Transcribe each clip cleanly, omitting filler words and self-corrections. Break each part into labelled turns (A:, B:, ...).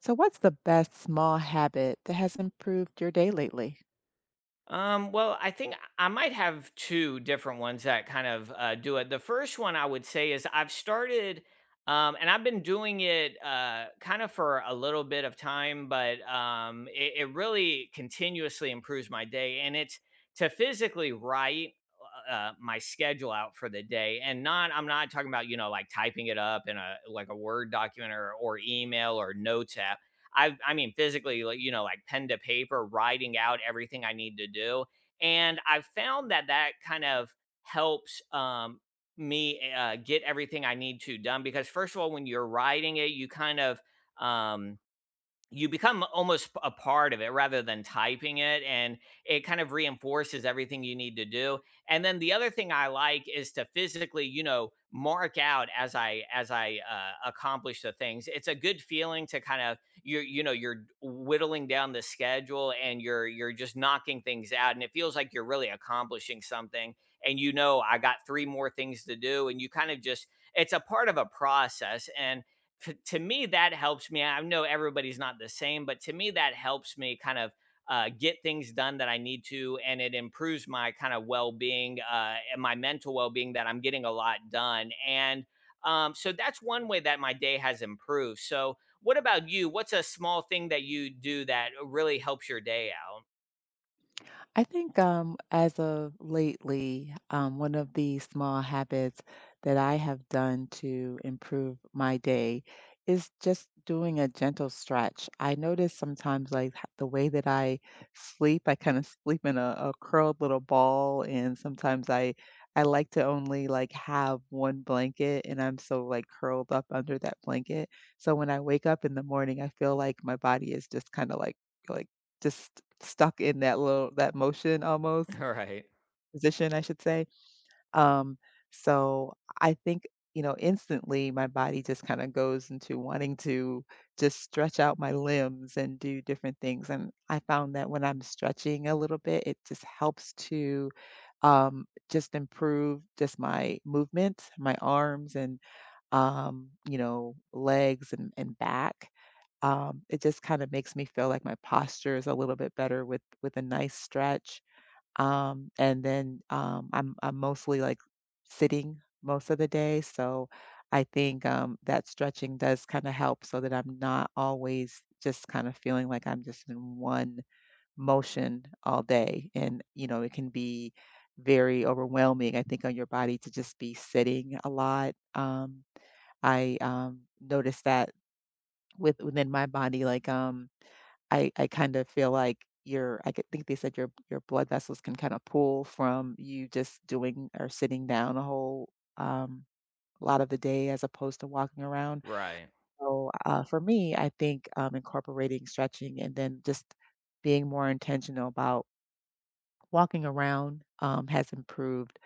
A: So, what's the best small habit that has improved your day lately?
B: I think I might have two different ones that kind of do it. The first one I would say is I've started, and I've been doing it kind of for a little bit of time, but it really continuously improves my day. And it's to physically write my schedule out for the day, and not I'm not talking about you know, like typing it up in a, like a Word document or email or notes app. I mean physically, like you know, like pen to paper, writing out everything I need to do. And I found that that kind of helps get everything I need to done, because first of all, when you're writing it, you kind of um you become almost a part of it rather than typing it, and it kind of reinforces everything you need to do. And then the other thing I like is to physically, you know, mark out as I accomplish the things. It's a good feeling to kind of, you know, you're whittling down the schedule, and you're just knocking things out, and it feels like you're really accomplishing something. And you know, I got three more things to do, and you kind of just, it's a part of a process. And to me that helps me. I know everybody's not the same, but to me that helps me kind of get things done that I need to, and it improves my kind of well-being, and my mental well-being, that I'm getting a lot done. And so that's one way that my day has improved. So what about you? What's a small thing that you do that really helps your day out?
A: I think as of lately, one of the small habits that I have done to improve my day is just doing a gentle stretch. I notice sometimes, like the way that I sleep, I kind of sleep in a curled little ball, and sometimes I like to only like have one blanket, and I'm so like curled up under that blanket. So when I wake up in the morning, I feel like my body is just kind of like just stuck in that little that motion almost
B: Right.
A: position, I should say. Um, so I think, you know, instantly my body just kind of goes into wanting to just stretch out my limbs and do different things. And I found that when I'm stretching a little bit, it just helps to just improve just my movement, my arms and you know, legs and back. It just kind of makes me feel like my posture is a little bit better with a nice stretch. And then I'm mostly like sitting most of the day, so I think that stretching does kind of help so that I'm not always just kind of feeling like I'm just in one motion all day. And you know, it can be very overwhelming, I think, on your body to just be sitting a lot. I noticed that within my body. I kind of feel like your I could think they said your blood vessels can kind of pull from you just doing or sitting down a whole um lot of the day as opposed to walking around.
B: Right.
A: So for me, I think incorporating stretching and then just being more intentional about walking around has improved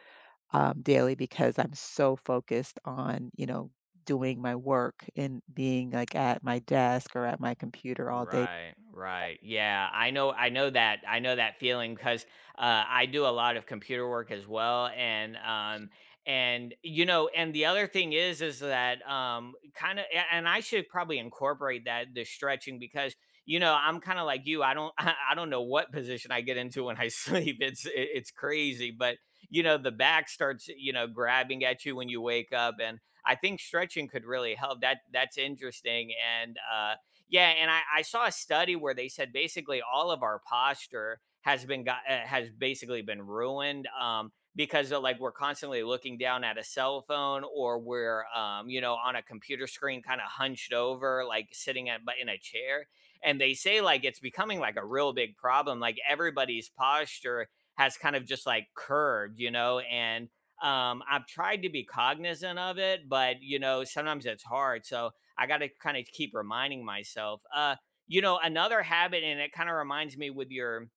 A: daily because I'm so focused on you know doing my work and being like at my desk or at my computer all day.
B: Right, right. Yeah, I know. I know that feeling, 'cause I do a lot of computer work as well, and you know, and the other thing is that, kinda, and I should probably incorporate that, the stretching, because, you know, I'm kinda like you. I don't I don't know what position I get into when I sleep. It's i it's crazy, but, you know, the back starts, you know, grabbing at you when you wake up, and I think stretching could really help. That, that's interesting. And, yeah. And I saw a study where they said basically all of our posture has been got has basically been ruined, because of, like, we're constantly looking down at a cell phone, or we're, you know, on a computer screen, kind of hunched over, like sitting at, but in a chair. And they say like it's becoming like a real big problem, like everybody's posture has kind of just like curved, you know. And I've tried to be cognizant of it, but you know, sometimes it's hard. So I got to kind of keep reminding myself. You know, another habit, and it kind of reminds me with your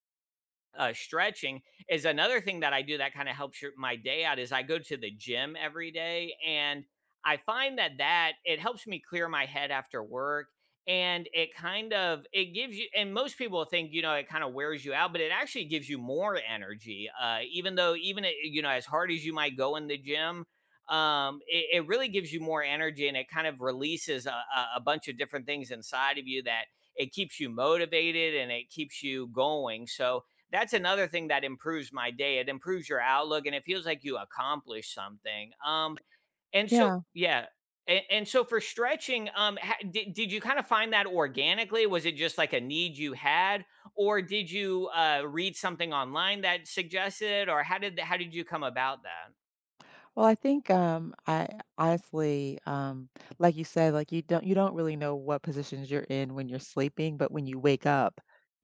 B: stretching, is another thing that I do that kind of helps my day out, is I go to the gym every day. And I find that it helps me clear my head after work. And it kind of, it gives you, and most people think, you know, it kind of wears you out, but it actually gives you more energy, even though, you know, as hard as you might go in the gym, it really gives you more energy, and it kind of releases a bunch of different things inside of you, that it keeps you motivated and it keeps you going. So that's another thing that improves my day. It improves your outlook and it feels like you accomplished something. And so,
A: Yeah.
B: yeah. And so for stretching, did you kind of find that organically? Was it just like a need you had, or did you read something online that suggested? Or how did you come about that?
A: Well, I think, I honestly, like you said, like you don't really know what positions you're in when you're sleeping, but when you wake up,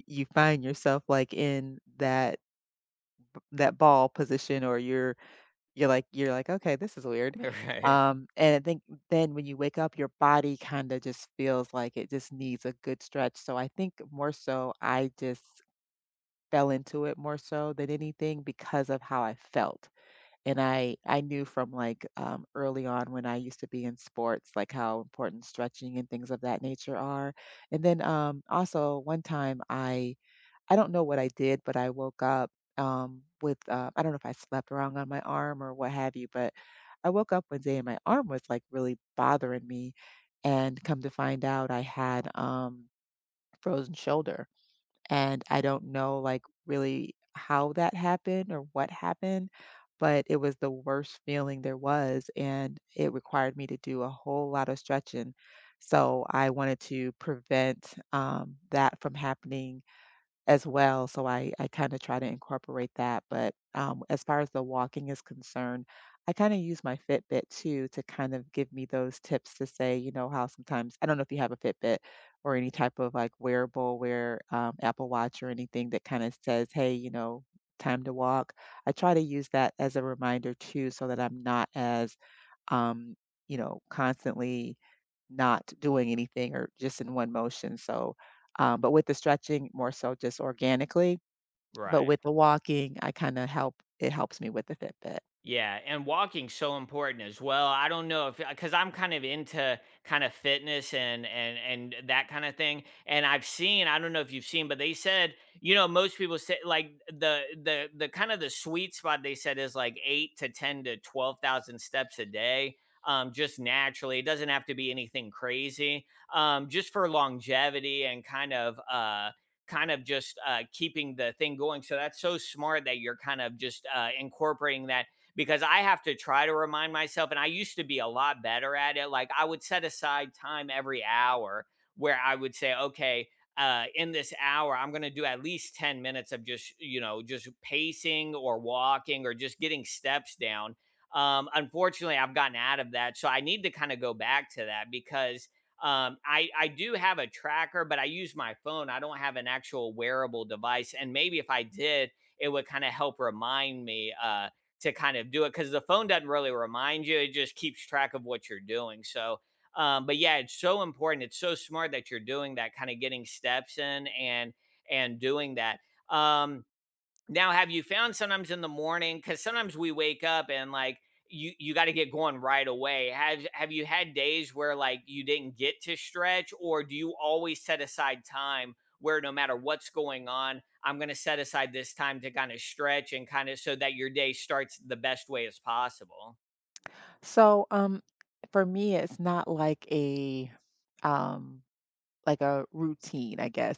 A: you find yourself like in that ball position or you're like, "Okay, this is weird."
B: Right,
A: And I think then when you wake up, your body kinda just feels like it just needs a good stretch. So I think more so I just fell into it more so than anything because of how I felt. And I knew from, like, early on when I used to be in sports, like, how important stretching and things of that nature are. And then, also one time I don't know what I did, but I woke up, with, I don't know if I slept wrong on my arm or what have you, but I woke up one day and my arm was, like, really bothering me, and come to find out I had, frozen shoulder, and I don't know, like, really how that happened or what happened, but it was the worst feeling there was, and it required me to do a whole lot of stretching. So I wanted to prevent that from happening as well. So I kind of try to incorporate that. But as far as the walking is concerned, I kind of use my Fitbit too to kind of give me those tips to say, you know, how sometimes I don't know if you have a Fitbit or any type of like wearable where Apple Watch or anything that kind of says, hey, you know, time to walk. I try to use that as a reminder too, so that I'm not as, um, you know, constantly not doing anything or just in one motion. So, but with the stretching, more so just organically. But
B: right.
A: with the walking, I kind of help, it helps me with the Fitbit.
B: Yeah, and walking's so important as well. I don't know if, because I'm kind of into kind of fitness and and that kind of thing. And I've seen, I don't know if you've seen, but they said, you know, most people say like the kind of the sweet spot, they said, is like 8 to 10 to 12,000 steps a day. Just naturally. It doesn't have to be anything crazy. Just for longevity and kind of just keeping the thing going. So that's so smart that you're kind of just incorporating that, because I have to try to remind myself. And I used to be a lot better at it. Like I would set aside time every hour, where I would say, okay, in this hour, I'm going to do at least 10 minutes of just, you know, just pacing or walking or just getting steps down. Unfortunately, I've gotten out of that. So I need to kind of go back to that, because I do have a tracker, but I use my phone. I don't have an actual wearable device. And maybe if I did, it would kind of help remind me to kind of do it, because the phone doesn't really remind you; it just keeps track of what you're doing. So, but yeah, it's so important. It's so smart that you're doing that, kind of getting steps in and doing that. Um, Now, have you found sometimes in the morning, because sometimes we wake up, and like you got to get going right away. Have you had days where, like, you didn't get to stretch? Or do you always set aside time where no matter what's going on, I'm going to set aside this time to kind of stretch and kind of, so that your day starts the best way as possible?
A: So, for me, it's not like um, like a routine, I guess.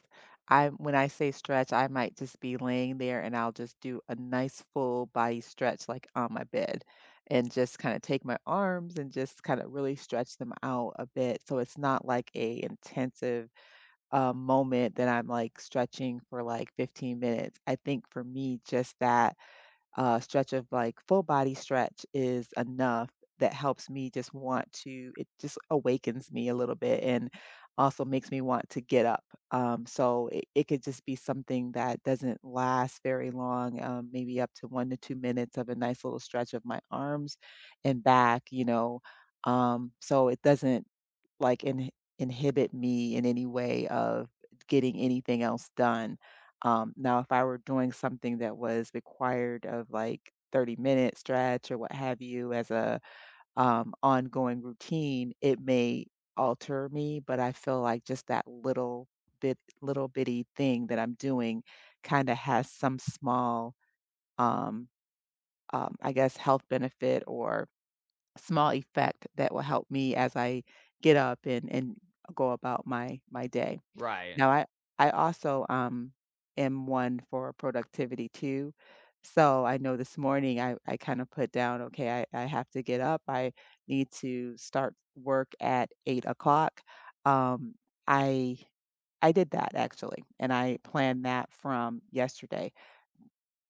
A: I, when I say stretch, I might just be laying there and I'll just do a nice full body stretch, like on my bed, and just kind of take my arms and just kind of really stretch them out a bit. So it's not like a intensive a moment that I'm like stretching for like 15 minutes. I think for me, just that stretch of like full body stretch is enough that helps me just want to, it just awakens me a little bit and also makes me want to get up. So it could just be something that doesn't last very long, maybe up to 1 to 2 minutes of a nice little stretch of my arms and back, you know. So it doesn't like, in inhibit me in any way of getting anything else done. Now, if I were doing something that was required of like 30-minute stretch or what have you as a ongoing routine, it may alter me, but I feel like just that little bitty thing that I'm doing kind of has some small, um, I guess, health benefit or small effect that will help me as I get up and go about my day.
B: Right.
A: Now I also am one for productivity too. So I know this morning I kind of put down, okay, I have to get up. I need to start work at 8 o'clock. Um I I did that actually and I planned that from yesterday.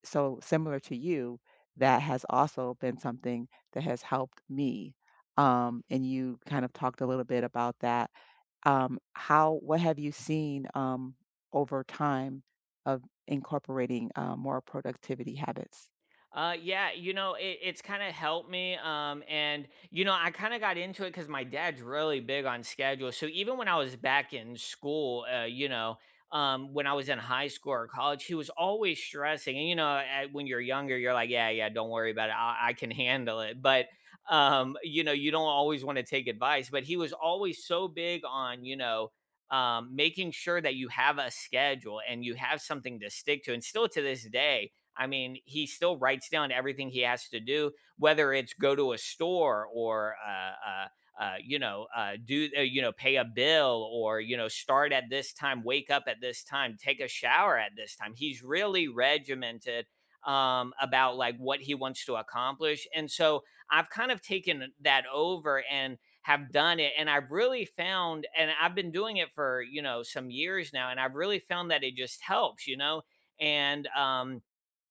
A: So similar to you, that has also been something that has helped me. And you kind of talked a little bit about that. How, what have you seen over time of incorporating more productivity habits?
B: Yeah, you know, it's kind of helped me. And you know, I kind of got into it because my dad's really big on schedule. So even when I was back in school, you know, when I was in high school or college, he was always stressing. And you know, when you're younger, you're like, yeah, yeah, don't worry about it. I can handle it. But you know, you don't always want to take advice. But he was always so big on, you know. Making sure that you have a schedule and you have something to stick to. And still to this day, I mean, he still writes down everything he has to do, whether it's go to a store, or you know, do, you know, pay a bill, or you know, start at this time, wake up at this time, take a shower at this time. He's really regimented about like what he wants to accomplish. And so I've kind of taken that over and have done it. And I've really found, and I've been doing it for, you know, some years now, and I've really found that it just helps, you know. And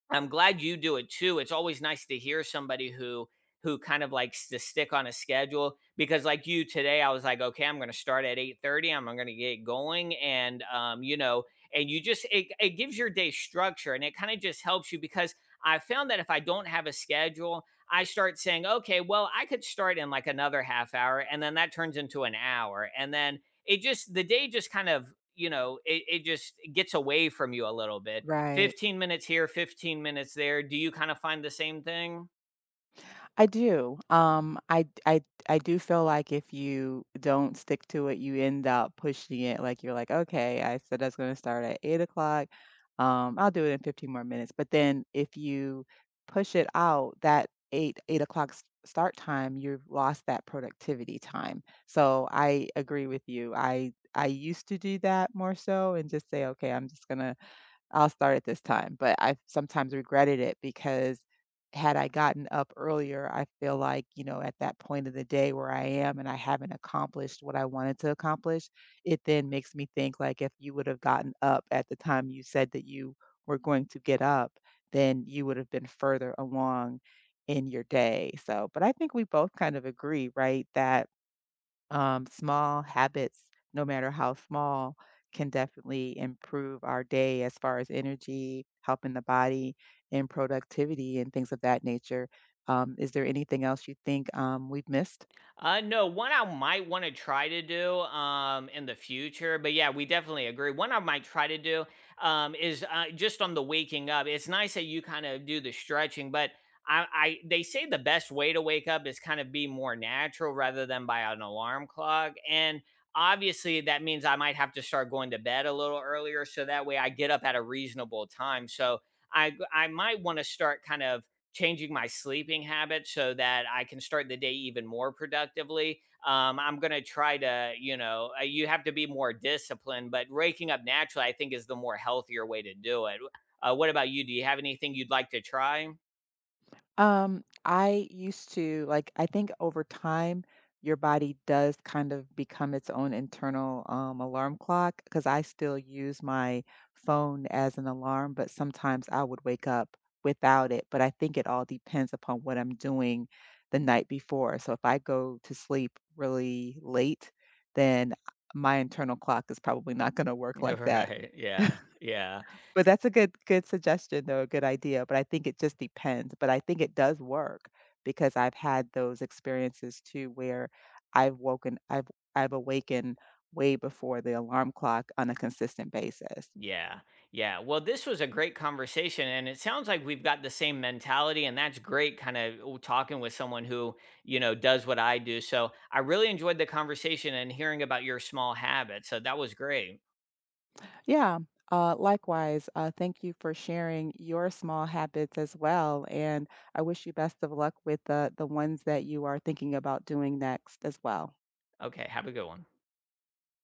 B: I'm glad you do it too. It's always nice to hear somebody who kind of likes to stick on a schedule, because like you, today I was like, okay, I'm going to start at 8:30, I'm going to get going. And you know, and you just, it gives your day structure, and it kind of just helps you, because I found that if I don't have a schedule, I start saying, okay, well, I could start in like another half hour, and then that turns into an hour, and then it just, the day just kind of, you know, it just gets away from you a little bit.
A: Right.
B: 15 minutes here, 15 minutes there. Do you kind of find the same thing?
A: I do. I do feel like if you don't stick to it, you end up pushing it. Like you're like, okay, I said that's going to start at 8 o'clock. I'll do it in 15 more minutes. But then if you push it out, that eight o'clock start time, you've lost that productivity time. So I agree with you. I used to do that more so and just say, okay, I'm just gonna I'll start at this time, but I've sometimes regretted it because had I gotten up earlier, I feel like, you know, at that point of the day where I am and I haven't accomplished what I wanted to accomplish, it then makes me think like if you would have gotten up at the time you said that you were going to get up, then you would have been further along in your day. So, but I think we both kind of agree, right, that small habits, no matter how small, can definitely improve our day as far as energy, helping the body, and productivity, and things of that nature. Is there anything else you think we've missed?
B: No, one I might want to try to do in the future, but yeah, we definitely agree. One I might try to do is, just on the waking up. It's nice that you kind of do the stretching, but I they say the best way to wake up is kind of be more natural rather than by an alarm clock. And obviously, that means I might have to start going to bed a little earlier, so that way I get up at a reasonable time. So I might want to start kind of changing my sleeping habits so that I can start the day even more productively. I'm going to try to, you know, you have to be more disciplined, but raking up naturally, I think, is the more healthier way to do it. What about you? Do you have anything you'd like to try?
A: I used to like I think over time your body does kind of become its own internal alarm clock because I still use my phone as an alarm, but sometimes I would wake up without it. But I think it all depends upon what I'm doing the night before. So if I go to sleep really late, then my internal clock is probably not going to work like that.
B: Right. Yeah. Yeah.
A: But that's a good suggestion though, a good idea, but I think it just depends, but I think it does work because I've had those experiences too where I've woken I've awakened way before the alarm clock on a consistent basis.
B: Yeah. Yeah. Well, this was a great conversation. And it sounds like we've got the same mentality. And that's great, kind of talking with someone who, you know, does what I do. So I really enjoyed the conversation and hearing about your small habits. So that was great.
A: Yeah, likewise, thank you for sharing your small habits as well, and I wish you best of luck with the ones that you are thinking about doing next as well.
B: Okay. Have a good one.